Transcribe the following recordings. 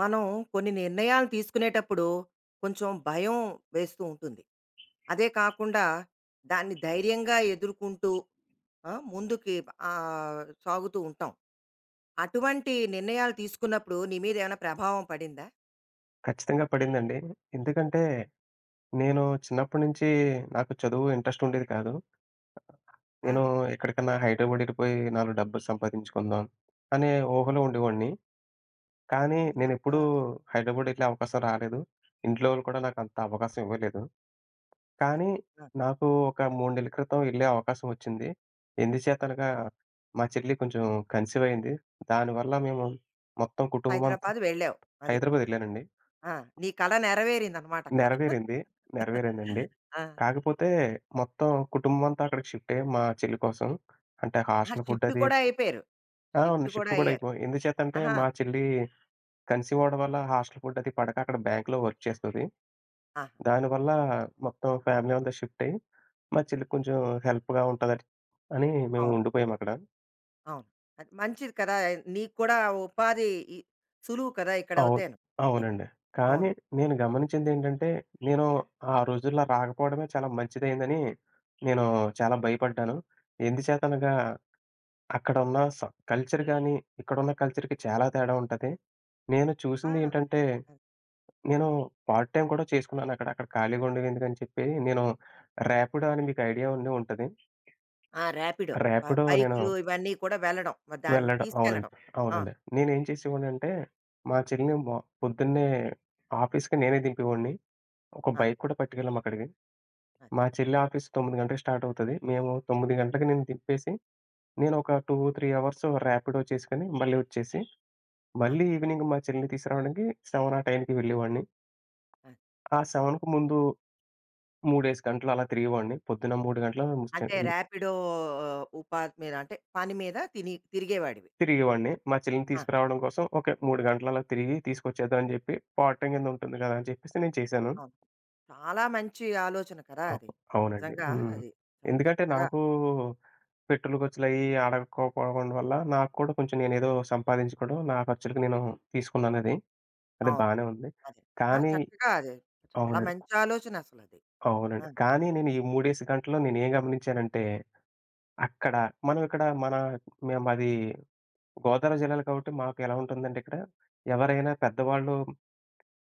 మనం కొన్ని నిర్ణయాలు తీసుకునేటప్పుడు కొంచెం భయం వేస్తూ ఉంటుంది. అదే కాకుండా దాన్ని ధైర్యంగా ఎదుర్కొంటూ ఆ! ముందుకి ఆహ్, సాగుతూ ఉంటాం. అటువంటి నిర్ణయాలు తీసుకున్నప్పుడు నీ మీద ఏమైనా ప్రభావం పడిందా? ఖచ్చితంగా పడిందండి. ఎందుకంటే, నేను చిన్నప్పటి నుంచి నాకు చదువు ఇంట్రెస్ట్ ఉండేది కాదు. ఆ! నేను ఎక్కడికన్నా హైదరాబాద్ ఎళ్ళిపోయి నాలుగు డబ్బులు సంపాదించుకుందాం అనే ఊహలో ఉండేవాడిని. కానీ అవునా? ఆ! నేనెప్పుడూ హైదరాబాద్ ఎళ్ళే అవకాశం రాలేదు. ఇంట్లో వాళ్ళు కూడా నాకంత అవకాశం ఇవ్వలేదు. అది. కానీ ఆ! నాకు ఒక 3 నెలల క్రితం ఎళ్ళే అవకాశం వచ్చింది. ఎందుచేతనగా మా చెల్లి కొంచెం కన్సీవ్ అయింది. దానివల్ల మేము మొత్తం కుటుంబం అంతా హైదరాబాద్ వెళ్ళావు. అది. హైదరాబాద్ ఎళ్ళానండి. ఆ! నీ కల నెరవేరిందనమాట అక్కడ. నెరవేరింది. నెరవేరిందండి. ఆ! కాకపోతే మొత్తం కుటుంబం అంతా అక్కడికి షిఫ్ట్ అయ్యాం మా చెల్లి కోసం. అంటే ఆ! హాస్టల్ ఫుడ్ షిఫ్ట్ అది. కూడా అయిపోయారు. ఆ, అవును. షిఫ్ట్ కూడా షిఫ్ట్ కూడా అయ్యారు. అయిపోయాం. ఎందుచేతంటే ఆహా! మా చెల్లి కన్సీవ్ అవ్వడం వల్ల హాస్టల్ ఫుడ్ అది పడక అక్కడ బ్యాంక్‌లో వర్క్ చేస్తది. ఆహా! దానివల్ల మొత్తం ఫ్యామిలీ అంతా షిఫ్ట్ అయ్యి మా చెల్లికి కొంచెం హెల్ప్‌గా ఉంటదని మేము అవును. ఉండిపోయామక్కడ. అవును. అది మంచిది కదా! నీకు కూడా ఉపాధి ఇ సులువు కదా! అవును. ఇక్కడవుతేను నీకు. అవునండి. కానీ అవును. నేను గమనించిందేంటంటే, నేను ఆ రోజుల్లో రాకపోవడమే చాలా మంచిదయిందని నేను చాలా భయపడ్డాను. ఎందుచేతనగా అక్కడున్న కల్చర్ గాని, ఇక్కడున్న కల్చర్‌కి చాలా తేడా ఉంటది. నేను ఆ! చూసిందేంటంటే, అది. నేను పార్ట్ టైమ్ కూడా చేసుకున్నానక్కడ. అక్కడ అక్కడ ఖాళీగా ఉండడం ఎందుకని చెప్పి నేను రాపిడో అని మీకు ఐడియా ఉండే ఉంటది. ఆ! ర్యాపిడో. రాపిడో నేను బైకులు ఇవన్నీ కూడా వెళ్ళడం. మరి దాన్ని వెళ్ళడం అవునండి. తీసుకెళ్ళడం. అవును. అవునండి. నేనేం చేసేవాడినంటే, మా చెల్లిని పొద్దున్నే ఆఫీస్‌కి నేనే దింపేవాడిని. ఒక ఆ! బైక్ కూడా పట్టుకెళ్ళాం అక్కడికి. అది. మా చెల్లి ఆఫీస్ 9 గంటలకి స్టార్ట్ అవుతది. మేము 9 గంటలకి నేను తిప్పేసి, నేను ఒక 2, 3 అవర్స్ ర్యాపిడో చేసుకొని మళ్ళీ వచ్చేసి, ఆ! మళ్ళీ ఈవినింగ్ మా చెల్లిని తీసుకురావడానికి 7 ఆ టైంకి వెళ్ళేవాడిని. అది. ఆ 7కి ముందు 3, 5 గంటలు అలా తిరిగేవాడిని. పొద్దున 3 గంటలు అంటే ర్యాపిడో ఆ, ఉపాధి మీద అంటే పని మీద తిని తిరిగేవాడివి. తిరిగేవాడిని. మా చెల్లిని ఆ! తీసుకురావడం కోసం ఓకే. 3 గంటలు అలా తిరిగి తీసుకొచ్చేద్దాం అని చెప్పి, పార్ట్ టైమ్ కింద ఉంటుంది కదా అని చెప్పేసి నేను చేశాను. అవును. చాలా మంచి ఆలోచన కదా! అది. అవ్ అవునండి. నిజంగా హ్మ్. అది. చాలా ఎందుకంటే చక్కగా నాకు పెట్రోల్ ఖర్చులయి అడగకపోవడం వల్ల నాకు కూడా కొంచెం నేనేదో సంపాదించుకోవడం నా ఖర్చులకి నేను తీసుకున్నానది. అది అవును. బానే ఉంది. అదే. ఆ! కానీ చక్కగా అదే. చాలా అవునండి. మంచి ఆలోచన అసలది. ఆ! అవునండి. కానీ నేను ఈ మూడేసి గంటల్లో నేనేం గమనించానంటే, అక్కడ మనం ఇక్కడ మన మేము మాది గోదావరి జిల్లాలో కాబట్టి మాకు ఎలా ఉంటుందంటే ఇక్కడ ఎవరైనా పెద్దవాళ్ళు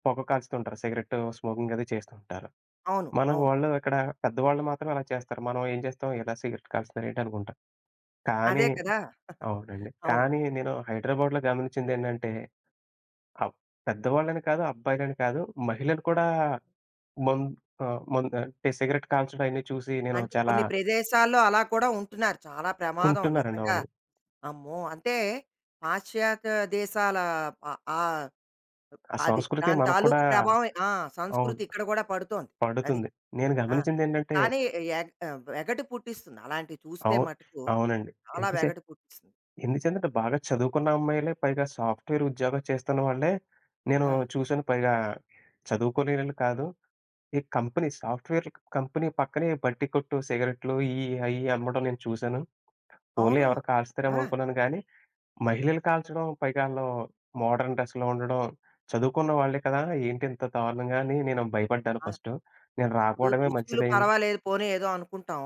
పొగ కాల్చుతుంటారు. సిగరెట్టు స్మోకింగ్ అది చేస్తుంటారు. అవును. మనం అవును. వాళ్ళు ఇక్కడ పెద్దవాళ్ళు మాత్రం అలా చేస్తారు. మనం ఏం చేస్తాం, ఇలా సిగరెట్ కాలుస్తున్నారు ఏంటి అనుకుంటాం. అదే కానీ కదా! అవునండి. అవును. కానీ నేను హైదరాబాద్‌లో గమనించిందేంటంటే, అబ్ పెద్దవాళ్ళని కాదు, అబ్బాయిలని కాదు, మహిళలు కూడా మం ఆహ్, మం అంటే సిగరెట్ కాల్చడం అయన్నీ చూసి నేను అంటే చాలా కొన్ని ప్రదేశాల్లో అలా కూడా ఉంటున్నారు. చాలా ప్రమాదం కుంటున్నారండి. నిజంగా. అవును. అమ్మో! అంటే పాశ్చాత్య దేశాల ఆ ఆ ఆ అది సంస్కృతి దాని మనకు కూడా తాలూకు ప్రభావం ఆ! అవును. సంస్కృతి ఇక్కడ కూడా పడుతోంది. అది. పడుతుంది. నేను ఆ! గమనించిందేంటంటే కానీ వెగటు పుట్టిస్తుంది. అలాంటివి చూస్తే అవు మటుకు అవునండి. చాలా ఎంత చే వెగటు పుట్టిస్తుంది. ఎందుచేతంటే బాగా చదువుకున్న అమ్మాయిలే, పైగా సాఫ్ట్‌వేర్ ఉద్యోగం చేస్తున్న వాళ్ళే నేను ఆ! చూసాను. పైగా చదువుకోలేనోళ్ళు కాదు. ఈ కంపెనీ సాఫ్ట్‌వేర్ కంపెనీ పక్కనే బట్టి కొట్టు సిగరెట్లు ఇయి అయి అమ్మడం నేను చూసాను. పోన్లే అవును. ఎవరో కాల్స్తారేమో ఆ! అనుకున్నాను గానీ, మహిళలు కాల్చడం, పైగా ఆళ్ళు మోడర్న్ డ్రెస్‌లో ఉండడం, చదువుకున్న వాళ్ళే కదా, ఏంటి ఇంత దారుణంగా అని నేను భయపడ్డాను ఆ! ఫస్టు. నేను ఇప్పుడు రాకపోవడమే దుస్తులు మంచిదయింది. పర్వాలేదు పోనీ ఏదో అనుకుంటాం.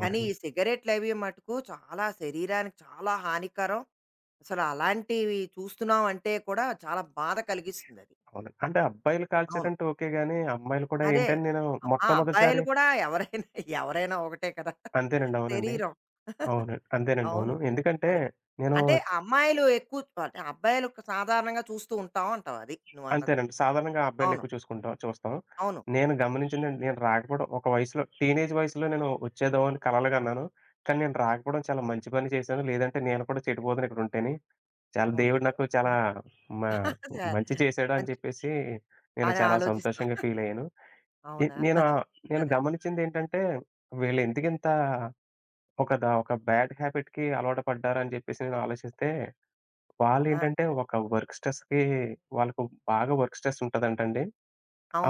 కానీ ఈ సిగరెట్‌లవి మటుకు చాలా శరీరానికి చాలా హానికరం. అసలు అలాంటివి చూస్తున్నాం అంటే కూడా చాలా బాధ కలిగిస్తుంది అది. అవును. అంటే అబ్బాయిలు అవును. కాల్చారంటే ఓకే గానీ, అమ్మాయిలు కూడా అదే. ఏంటని నేను ఆ మొట్టమొదటిసారి అబ్బాయిలు కూడా ఎవరైనా, ఎవరైనా ఒకటే కదా! అంతేనండి. అవునండి. శరీరం. అవునండి. అంతేనండి. అవును. అవును. ఎందుకంటే అదే. నేను అంటే అమ్మాయిలు ఎక్కువ అంటే అబ్బాయిలు సాధారణంగా చూస్తూ ఉంటాం అంటావు అది నువ్వన్నది. అంతేనండి. సాధారణంగా అవును. అబ్బాయిలెక్కువ చూస్తాం. అవును. నేను గమనించిందండి, నేను రాకపోవడం ఒక వయసులో, టీనేజ్ వయసులో నేను వచ్చేదో అని కలలుగన్నాను. కానీ నేను రాకపోవడం చాలా మంచి పని చేశాను. లేదంటే నేను కూడా చెడిపోదును ఇక్కడుంటేని. చాలా అవును. దేవుడు నిజమే. నాకు చాలా మ అదే. మంచి చేశాడు అని మంచి చెప్పేసి నేను అని చాలా ఆలోచిస్తాం. సంతోషంగా ఫీలయ్యాను. ఎ అవునా? నేను ఆహ్, నేను అదే. గమనించిందేంటంటే, వీళ్ళెందుకింత ఒక బ్యాడ్ హ్యాబిట్‌కి అలవాటు పడ్డారని చెప్పేసి నేను ఆలోచిస్తే, ఆ! వాళ్ళేంటంటే ఒక వర్క్ స్ట్రెస్‌కి వాళ్ళకు బాగా వర్క్ స్ట్రెస్ ఉంటదంటండి.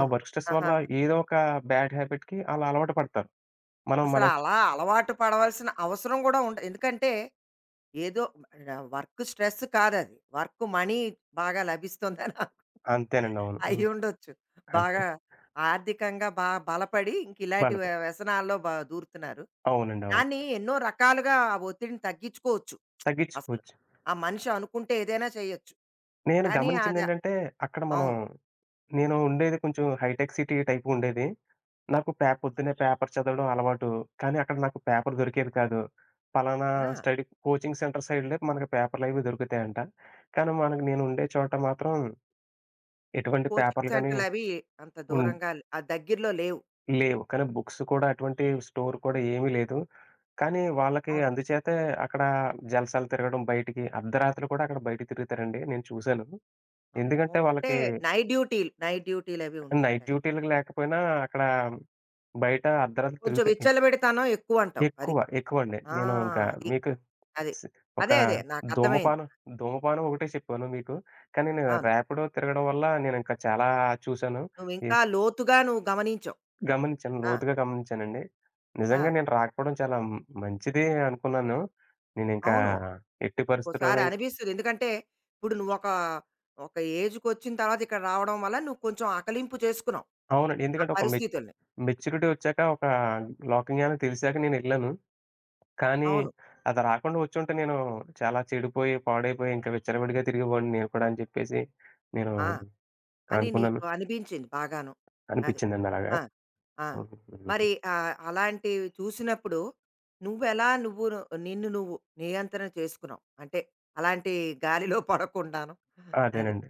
ఆ వర్క్ స్ట్రెస్ వల్ల ఆహాహా! ఏదో ఒక బ్యాడ్ హ్యాబిట్‌కి ఆళ్ళు అలవాటు పడతారు. మనం అసలు మనం చ్ అలా అలవాటు పడవలసిన అవసరం కూడా ఉండ ఎందుకంటే ఏదో వర్క్ స్ట్రెస్ కాదది. వర్క్ మనీ బాగా లభిస్తుందని అంతేనండి. అవును. హ్మ్. అయ్యుండొచ్చు. అంతే. బాగా ఆర్థికంగా బలపడి ఇంక ఇలాంటి వాళ్ళకు వ్యసనాల్లో దూరుతున్నారు. అవునండి. అవును. దాన్ని ఎన్నో రకాలుగా ఆ ఒత్తిడిని తగ్గించుకోవచ్చు అసలు. తగ్గించుకోవచ్చు. ఆ మనిషి అనుకుంటే ఏదైనా చేయొచ్చు. నేను కానీ అది గమనించిందేంటంటే, అక్కడ మనం అవును. నేను ఉండేది కొంచెం హైటెక్ సిటీ టైపుగుండేది. నాకు పొద్దున్నే పేపర్ చదవడం అలవాటు. కానీ అక్కడ నాకు పేపర్ దొరికేది కాదు. పలానా ఆ! స్టడీ కోచింగ్ సెంటర్ సైడ్‌లే మనకి పేపర్‌లవి దొరుకుతాయంట. కానీ మనకు నేను ఉండే చోట మాత్రం ఎటువంటి కోచింగ్ పేపర్‌లు గాని సెంటర్‌లవి అంత ఉన్ దూరంగా ఆ దగ్గరలో లేవు. లేవు. కానీ బుక్స్ కూడా అటువంటి స్టోర్ కూడా ఏమీ లేదు. కానీ వాళ్ళకి అవును. అందుచేతే అక్కడ జలసాలు తిరగడం, బయటికి అర్ధరాత్రి కూడా అక్కడ బయట తిరుగుతారండి. నేను చూసాను. అమ్మో! ఎందుకంటే అంటే వాళ్ళకి నైట్ డ్యూటీలు, నైట్ డ్యూటీలవి ఉంటూ నైట్ ఉంటాయి. డ్యూటీలకి లేకపోయినా అక్కడ బయట అర్ధరాత్రి కొంచెం తిరుగుతాయి. విచ్చలవిడితనం ఎక్కువంటావు. అది. ఎక్కువ, ఎక్కువండి. ఆ! నేను ఇంకా అది. మీకు అది. స్ ఒక అదే. అదే. నాకర్థమైంది. ధూమపానం, ధూమపానం ఒకటే చెప్పాను మీకు. కానీ నేను అవును. ర్యాపిడో తిరగడం వల్ల నేనింకా చాలా చూసాను. ఎ నువ్వింకా లోతుగా నువ్వు గమనించావు. గమనించాను. ఆ! లోతుగా గమనించానండి. ఆ! నిజంగా నేను రాకపోవడం చాలా మంచిదే అనుకున్నాను. నేనింకా అవును. ఎట్టి పరిస్థితుల్లోను ఒక్కోసారి ఇంక అనిపిస్తది. ఎందుకంటే, ఇప్పుడు ఒక ఏజ్‌కొచ్చిన తర్వాత ఇక్కడ రావడం వల్ల నువ్వు కొంచెం అకలింపు చేసుకున్నావు. అవునండి. ఆ ఎందుకంటే ఒక పరిస్థితుల్ని. మెచ్యూరిటీ ఒచ్చాక, ఒక లోక జ్ఞానం తెలిసాక నేనెళ్ళాను. కానీ అవును. అది రాకుండా వచ్చుంటే నేను చాలా చెడిపోయి, పాడైపోయి, ఇంకా విచ్చలవిడిగా తిరిగేవాడిని నేను కూడా అని చెప్పేసి నేను ఆ! అని అనుకున్నాను. నీకు అనిపించింది బాగాను. అది. అనిపిచ్చిందండి అలాగా. ఆ! ఆ! మరి అవును. అలాంటివి చూసినప్పుడు నువ్వెలా నువ్వును నిన్ను నువ్వు నియంత్రణ చేసుకున్నావు? అంటే అలాంటి గాలిలో పడకుండాను. అది. అదేనండి.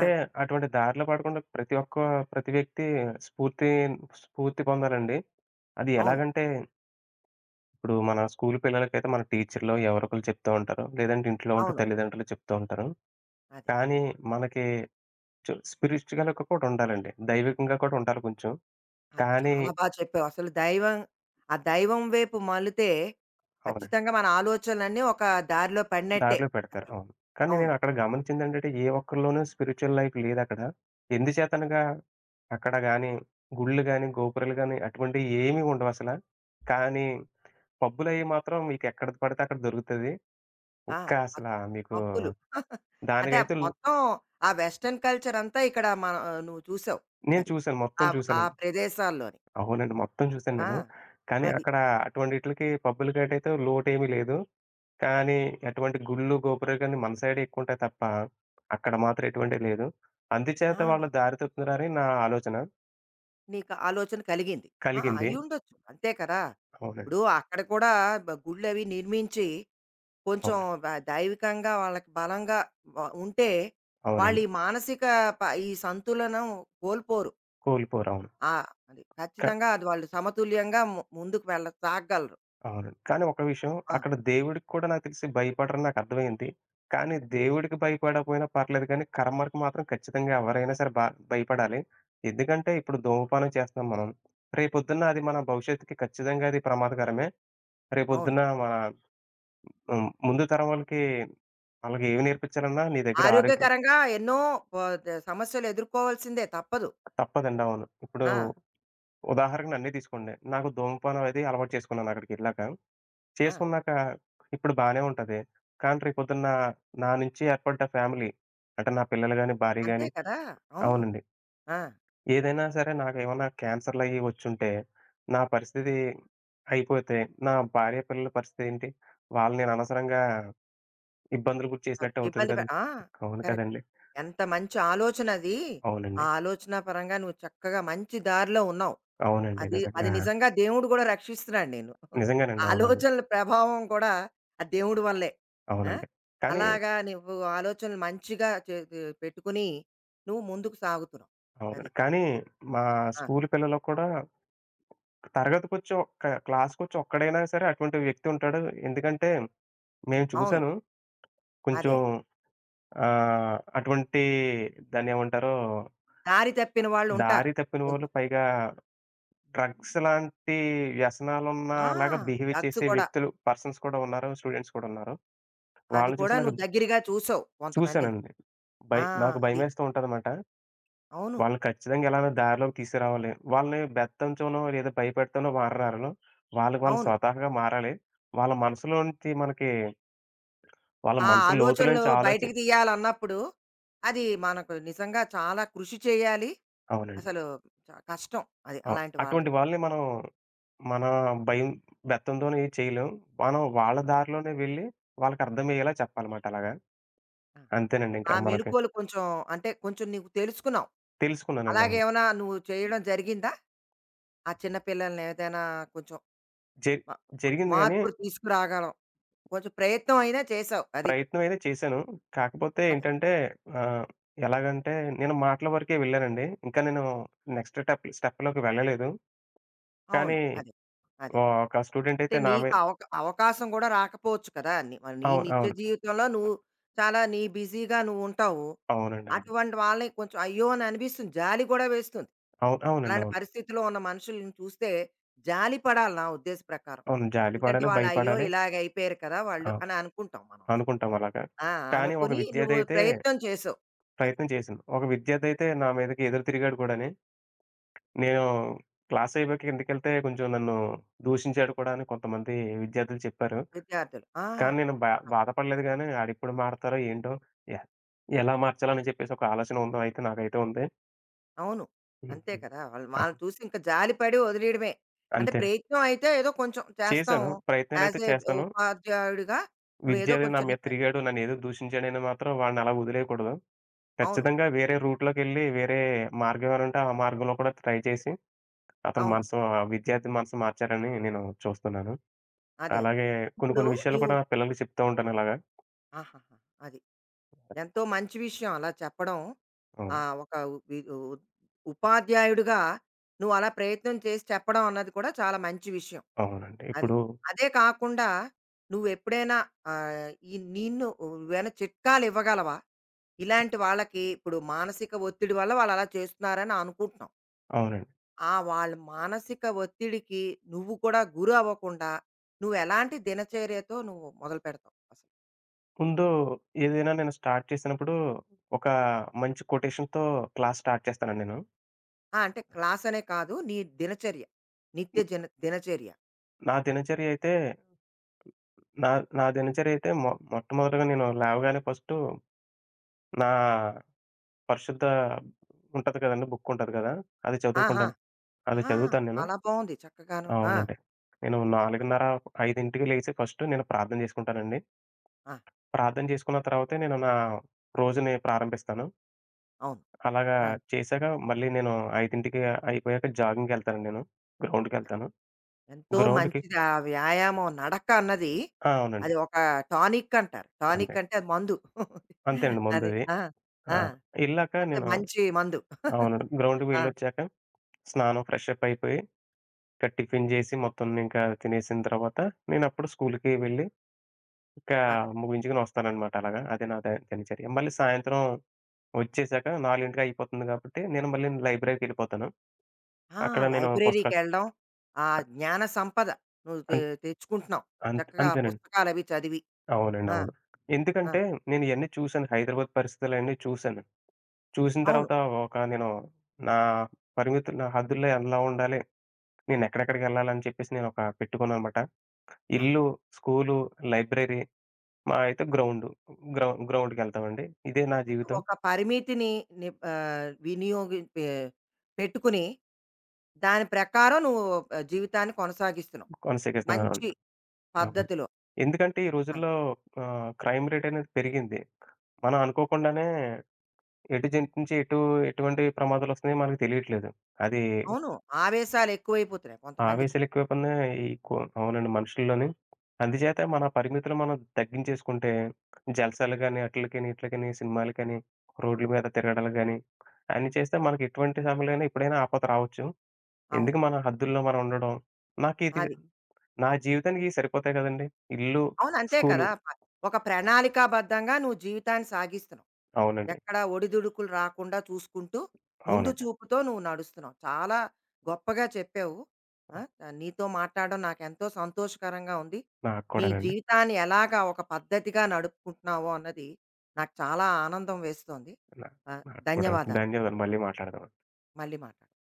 ఆ! అటువంటి దారిలో పడకుండా ప్రతి ఒక్క ప్రతి వ్యక్తి స్ఫూర్తి స్ఫూర్తి పొందాలండి. అది అవును. ఎలాగంటే, ఇప్పుడు మన స్కూల్ పిల్లలకైతే మన టీచర్‌లో ఎవరో ఒకళ్ళు చెప్తూ ఉంటారు. లేదంటే ఇంట్లో ఉంటే అవును. తల్లిదండ్రులు చెప్తూ ఉంటారు. అదే. కానీ మనకి స్పిరిచ్యువల్‌గా కూడా ఉండాలండి. దైవికంగా కూడా ఉండాలి కొంచెం. అది. కానీ చాలా చెప్పావు. అసలు దైవం ఆ దైవం వైపు మళ్లితే అవునండి. ఖచ్చితంగా మన ఆలోచనలన్నీ ఒక దారిలో పడినట్టే దారిలో పెడతారు. అసలు. అవును. కానీ అవును. నేనక్కడ గమనించిందేంటంటే, ఏ ఒక్కళ్ళలోనూ స్పిరిచ్యువల్ లైఫ్ లేదక్కడ. ఎందుచేతనగా అక్కడ గాని, గుళ్ళు గాని, గోపురాలు గాని అటువంటివి ఏమీ ఉండవసల. కానీ పబ్బులయి మాత్రం మీకెక్కడ పడితే అక్కడ దొరుకుతది. ఆ! ఇంకా పబ్ అసల మీకు పబ్బులు. అంటే ఆ దానికైతే మొత్తం ఆ వెస్టర్న్ కల్చర్ అంతా ఇక్కడ మన నువ్వు చూసావు. నేను అది. చూసాను. మొత్తం ఆవ్ ఆ చూసానండి. ప్రదేశాల్లోని. అవునండి. మొత్తం చూసాను ఆ! నేను. కానీ అది. అక్కడ అటువంటిట్లికి పబ్బులకటైతే లోటేమీ లేదు. కానీ ఎటువంటి గుళ్ళు, గోపురాలు గాని మన సైడే ఎక్కువుంటాయి తప్ప, అక్కడ మాత్రం ఎటువంటివి లేదు. అందుచేత ఆ! వాళ్ళు దారి తప్పుతున్నారని నా ఆలోచన నీకు ఆలోచన కలిగింది. ఆ! కలిగింది. అయ్యుండొచ్చు. అంతే కదా! అవునండి. ఇప్పుడు అక్కడ కూడా గుళ్ళవి నిర్మించి కొంచెం అవును. దైవికంగా వాళ్ళకి బలంగా వ ఉంటే, వాళ్ళు అవునండి. ఈ మానసిక ఈ సంతులనం కోల్పోరు. కోల్పోరు. అవును. ఆ! అది క ఖచ్చితంగా అది వాళ్ళు సమతుల్యంగా ముందుకు వెళ్ళ సాగగలరు. అవునండి. కానీ ఒక విషయం, ఆ! అక్కడ దేవుడికి కూడా నాకు తెలిసి భయపడరని నాకర్థమైంది. కానీ దేవుడికి భయపడకపోయినా పర్లేదు కానీ, కర్మకి మాత్రం ఖచ్చితంగా ఎవరైనా సరే భయపడాలి. ఎందుకంటే ఇప్పుడు ధూమపానం చేస్తున్నాం మనం. రేపొద్దున్న అది మన భవిష్యత్తుకి ఖచ్చితంగా అది ప్రమాదకరమే. అవును. రేపొద్దున్న మన హ్మ్. ముందు తరం వాళ్ళకి ఆళ్ళకేవి నేర్పించాలన్నా నీ దగ్గర ఆరోగ్యం ఆరోగ్యకరంగా ఎన్నో ప ద సమస్యలు ఎదుర్కోవాల్సిందే తప్పదు. తప్పదండి. అవును. ఇప్పుడు ఆ! ఉదాహరణకు నన్నే తీసుకోండి. నాకు ధూమపానం అది అలవాటు చేసుకున్నాను అక్కడికెళ్ళాక. ఆ! చేసుకున్నాక ఇప్పుడు బానే ఉంటది. కానీ రేపొద్దున్న నా నుంచి ఏర్పడ్డ ఫ్యామిలీ, అంటే నా పిల్లలు గాని, భార్య అంతే గాని కదా! అవును. అవునండి. ఆ! ఏదైనా సరే నాకేమన్నా క్యాన్సర్‌లయ్యి వచ్చుంటే నా పరిస్థితి అయిపోతే, నా భార్య, పిల్లల పరిస్థితేంటి? వాళ్ళని నేను అనవసరంగా ఇబ్బందులు గురి చేసినట్టు అవుతది ఇబ్బంది కదండీ! ఆ! అవును కరెక్ట్. కదండీ! ఎంత మంచి ఆలోచనది. ఆ అవునండి. ఆలోచనా పరంగా నువ్వు చక్కగా మంచి దారిలో ఉన్నావు. అవునండి. అది అది నిజంగా. నిజంగా దేవుడు గూడా రక్షిస్తున్నాడు నేను. నిజంగానండి. అవునండి. ఆలోచనల ప్రభావం కూడా ఆ దేవుడి వల్లే. ఆ! అవునండి. కానీ అలాగా నువ్వు ఆలోచనలు మంచిగా చే తి పెట్టుకుని నువ్వు ముందుకు సాగుతున్నావు. అది. అవునండి. కానీ మా ఆ! స్కూలు పిల్లలు కూడా తరగతికొచ్చి ఒక్క క్లాస్‌కొచ్చి ఒక్కడైనా సరే అటువంటి వ్యక్తి ఉంటాడు. ఎందుకంటే నేను అవును. చూసాను. కొంచెం అదే. అదే. అటువంటి దాన్నేమంటారు? దారి తప్పిన వాళ్ళుంటారు దారి తప్పిన వాళ్ళు, కొంచెం. పైగా డ్రగ్స్ లాంటి ఆ! వ్యసనాలున్నలాగా బిహేవ్ డ్రగ్స్ చేసే కూడా. వ్యక్తులు, పర్సన్స్ కూడా ఉన్నారు. స్టూడెంట్స్ కూడా ఉన్నారు. అది వాళ్ళని కూడా చూసి నాకు నువ్వు దగ్గరగా చూసావు కొంతమందిని. చూసానండి. ఆ! నాకు అది. భయమేస్తూ ఉంటదన్నమాట. అవును. వాళ్ళని ఖచ్చితంగా ఎలానో దారిలోకి తీసుకురావాలి. వాళ్ళని బెత్తంతోనో, లేదా భయపెడతానో మారరారును. వాళ్ళకి వాళ్ళు అవును. స్వతహాగా మారాలి. వాళ్ళ మనసులోంచి మనకి వాళ్ళ ఆ మనసు ఆలోచనలు లోతులోంచి బయటికి తీయాలన్నప్పుడు అది మనకు నిజంగా చాలా కృషి చేయాలి. అవునండి. అసలు కష్టం అది అవును. అలాంటి వాళ్ళకి. అటువంటి వాళ్ళని మనం మన భయం, బెత్తంతోని ఏం చేయలేం. మనం వాళ్ళ దారిలోనే వెళ్ళి వాళ్ళకి అర్థమయ్యేలా చెప్పాలమాట అలాగా. ఆ! అంతేనండి ఆ ఇంకా మనకి. మెలుకువలు కొంచెం అంటే కొంచెం నీవు తెలుసుకున్నావు. తెలుసుకున్నానండి. అవును. అలాగేమైనా నువ్వు చేయడం జరిగిందా? ఆ చిన్న పిల్లల్ని ఏదైనా కొంచెం జరి మ మ జరిగింది గానీ మార్పులు తీసుకురాగలం. కొంచెం ప్రయత్నం అయినా చేసావు. అది. ప్రయత్నమైతే చేశాను. కాకపోతే అదే. ఏంటంటే, ఆహ్, ఎలాగంటే నేను మాటల వరకే వెళ్ళానండి. ఇంకా నేను నెక్స్ట్ స్టెప్‌లోకి వెళ్ళలేదు. కానీ అవును. అదే. అదే. అదే. ఒక స్టూడెంట్ అంటే అయితే నా నీకు మీద అవకాశం కూడా రాకపోవచ్చు కదా! నీ మరి నీ అవును. నిత్య అవును. జీవితంలో నువ్వు చాలా నీ బిజీగా నువ్వుంటావు. అవునండి. అవును. అటువంటి వాళ్ళని కొంచెం అయ్యో! అని అనిపిస్తుంది. జాలి కూడా వేస్తుంది. అవును. అవునండి. అలాంటి అవును. పరిస్థితిలో ఉన్న మనుషులను చూస్తే జాలి పడాలి నా ఉద్దేశ ప్రకారం. అవును. జాలి ఎందుకంటే పడాలి, వాళ్ళు అయ్యో! భయపడాలి. ఇలాగ అయిపోయారు కదా! వాళ్ళు ఆ, అని అనుకుంటాం మనం. అసలు. అనుకుంటాం అలాగా. ఆ! కానీ ఒక అనుకుని విద్యార్థి నువ్వు అయితే ప్రయత్నం చేసావు. అది ప్రయత్నం చేసింది. ఒక విద్యార్థి అయితే నా మీదకి ఎదురు తిరిగాడు కూడాని. నేను క్లాస్ అయిపోయాక కిందకెళ్తే కొంచెం నన్ను దూషించాడు కూడా అని కొంతమంది విద్యార్థులు చెప్పారు. విద్యార్థులు. ఆ! కానీ నేను బాధపడలేదు గానీ, ఆడెప్పుడు మారతారో ఏంటో? ఎహ్, ఎలా మార్చాలని చెప్పేసి ఒక ఆలోచన ఉందో అయితే నాకైతే ఉంది. అవును. అంతే హ్మ్. కదా! వాళ్ళు అన్ వాళ్ళని చూసి ఇంక జాలి పడి వదిలేయడమే. అంటే అంతే. ప్రయత్నం అయితే ఏదో కొంచెం చేశాను. చేస్తాము. ప్రయత్నాలైతే యాజ్ ఏ చేస్తాను. ఉపాధ్యాయుడిగా విద్య నువ్వేదో అనేది నా కొంచెం చిన్న మీద తిరిగాడు, నన్నేదో దూషించాడని మాత్రం వాడిని అలా వదిలేయకూడదు. అవును. ఖచ్చితంగా వేరే రూట్‌లోకెళ్ళి, వేరే మార్గం ఏమైనా ఉంటే ఆ మార్గంలో కూడా ట్రై చేసి, అతని అవును. మనసు ఆ విద్యార్థి మనసు మార్చాలని నేను చూస్తున్నాను. అదే అదే. అలాగే కొన్ని ఇప్పుడు కొన్ని విషయాలు నీవు కూడా పిల్లలకి చెప్తూ ఉంటాను ఇలాగా. ఆహాహా! అది. ఎంతో మంచి విషయం అలా చెప్పడం. ఆ! అవును. ఒక ఉ- వి ఉ ఉపాధ్యాయుడిగా నువ్వు అలా ప్రయత్నం చేసి చెప్పడం అన్నది కూడా చాలా మంచి విషయం. అవునండి. అది. ఇప్పుడు అదే కాకుండా నువ్వెప్పుడైనా ఈ నిన్ను నువ్వేమైనా చిట్కాలు ఇవ్వగలవా? ఇలాంటి వాళ్ళకి ఇప్పుడు మానసిక ఒత్తిడి వల్ల వాళ్ళు అలా చేస్తున్నారని అనుకుంటున్నాం. అవునండి. ఆ వాళ్ళ మానసిక ఒత్తిడికి నువ్వు కూడా గురి అవ్వకుండా నువ్వెలాంటి దినచర్యతో నువ్వు మొదలుపెడతావు? ముందు ఏదైనా నేను స్టార్ట్ చేసినప్పుడు ఒక మంచి కొటేషన్‌తో క్లాస్ స్టార్ట్ చేస్తానండి నేను. ఆ! అంటే క్లాసనే కాదు. నీ దినచర్య. న్ నిత్య జన దినచర్య. నా దినచర్య అయితే నా నా దినచర్య అయితే మొ మొట్టమొదటగా నేను లేవగానే ఫస్టు నా పరిశుద్ధ ఉంటది కదండీ! బుక్ ఉంటది కదా! అది ఆహా! చదువుకుంటాను. అది ఆ! చదువుతాను నేను. చాలా బావుంది చక్కగాను. ఆ! అవునండి. నేను ఆ! 4:30, 5కి లేచి ఫస్టు నేను ప్రార్థన చేసుకుంటానండి. ఆ! ప్రార్థన చేసుకున్న తర్వాతే నేను నా రోజుని ప్రారంభిస్తాను. అవును. అలాగా ఆ! చేశాక మళ్ళీ నేను 5కి అయిపోయాక జాగింగ్‌కెళ్తానండి నేను. గ్రౌండ్‌కెళ్తాను. ఎంతో గ్రౌండ్‌కి మంచిది ఆ వ్యాయామం నడక అన్నది ఆ! అవునండి. అది ఒక టానిక్ అంటారు. అంతే. టానిక్ అంటే అది మందు. అంతేనండి అది. మందుది. ఆ! ఆ! ఆ! ఎళ్ళాక అంటే నేను మంచి మందు. అవును. గ్రౌండ్‌కి ఆ! వెళ్ళొచ్చాక స్నానం, ఫ్రెష్ అప్ అయిపోయి, ఇక టిఫిన్ జేసి మొత్తం ఇంకా తినేసిన తర్వాత నేనప్పుడు స్కూలుకి వెళ్ళి ఇంకా అక్కడ. ముగించుకొని వస్తాననమాట అలాగా. అదే నా దినచర్య. మళ్ళీ సాయంత్రం వచ్చేసాక 4కి అయిపోతుంది కాబట్టి నేను మళ్ళీ లైబ్రరీకెళ్ళిపోతాను. ఆ! అక్కడ నేను పుస్తకాలు లైబ్రరీకెళ్ళడం. ఆ జ్ఞాన సంపద నువ్వు అన్ తెచ్చుకుంటున్నావు. అన్ చక్కగా అంతేనండి. పుస్తకాలవి చదివి. అవునండి. ఆ! అవును. ఆ! ఎందుకంటే నేను ఇయన్నీ చూసాను. హైదరాబాద్ పరిస్థితులన్నీ చూసాను. చూసిన అవును. తర్వాత ఒక నేను నా పరిమితులు నా హద్దుల్లో ఎలా ఉండాలి? నేనెక్కడెక్కడికెళ్ళాలని చెప్పేసి నేను ఒక పెట్టుకున్నాననమాట. ఆ! ఇల్లు, స్కూలు, లైబ్రరీ, మహా అయితే గ్రౌండు. గ్రౌండ్‌కెళ్తామండి. ఇదే నా అంటే జీవితం ఒక పరిమితిని ని ఆహ్, వినియోగి పె పెట్టుకుని, దాని ప్రకారం నువ్వు జీవితాన్ని కొనసాగిస్తున్నావు. కొనసాగిస్తున్నాను. మంచి అన్నమాట. అవును. పద్ధతిలో. ఎందుకంటే ఈ ఆ! రోజుల్లో క్రైమ్ రేట్ అనేది పెరిగింది. మనం అనుకోకుండానే ఎటు జంప్ నుంచి ఎటు ఎటువంటి ప్రమాదాలొస్తున్నాయో మనకు తెలియట్లేదు. అది అవును. ఆవేశాలు ఎక్కువైపోతున్నాయి కొంతమందికి. ఆవేశాలెక్కువైపోయినా ఈ అవునండి మనుషుల్లోని. అందుచేత మన పరిమితులు మనం తగ్గించేసుకుంటే, జల్సాలు గాని, అట్లికని, ఇట్లికని, సినిమాలకని, రోడ్ల మీద తిరగడాలు గాని, అన్ని చేస్తే మనకి ఎటువంటి సమయంలోనైనా ఎప్పుడైనా ఆపద రావచ్చు. అవును. ఎందుకు మన హద్దుల్లో మనం ఉండడం. నాకిది అది. నా జీవితానికి ఇయి సరిపోతాయి కదండీ! ఇల్లు, అవును. అంతే స్కూలు. కదా! ఒక ప్రణాళికాబద్ధంగా నువ్వు జీవితాన్ని సాగిస్తున్నావు. అవునండి. ఎక్కడా ఒడిదుడుకులు రాకుండా చూసుకుంటూ ముందు అవునండి. చూపుతో నువ్వు నడుస్తున్నావు. చాలా గొప్పగా చెప్పావు. ఆ! నీతో మాట్లాడడం నాకెంతో సంతోషకరంగా ఉంది. నాకు నీ కూడానండి. జీవితాన్ని ఎలాగా ఒక పద్ధతిగా నడుపుకుంటున్నావో అన్నది నాకు చాలా ఆనందం వేస్తోంది. నా ఆ! నాకు కూడా. ధన్యవాదాలు. ధన్యవాదాలు. మళ్ళీ మాట్లాడదాం. మళ్ళీ మాట్లాడదాం.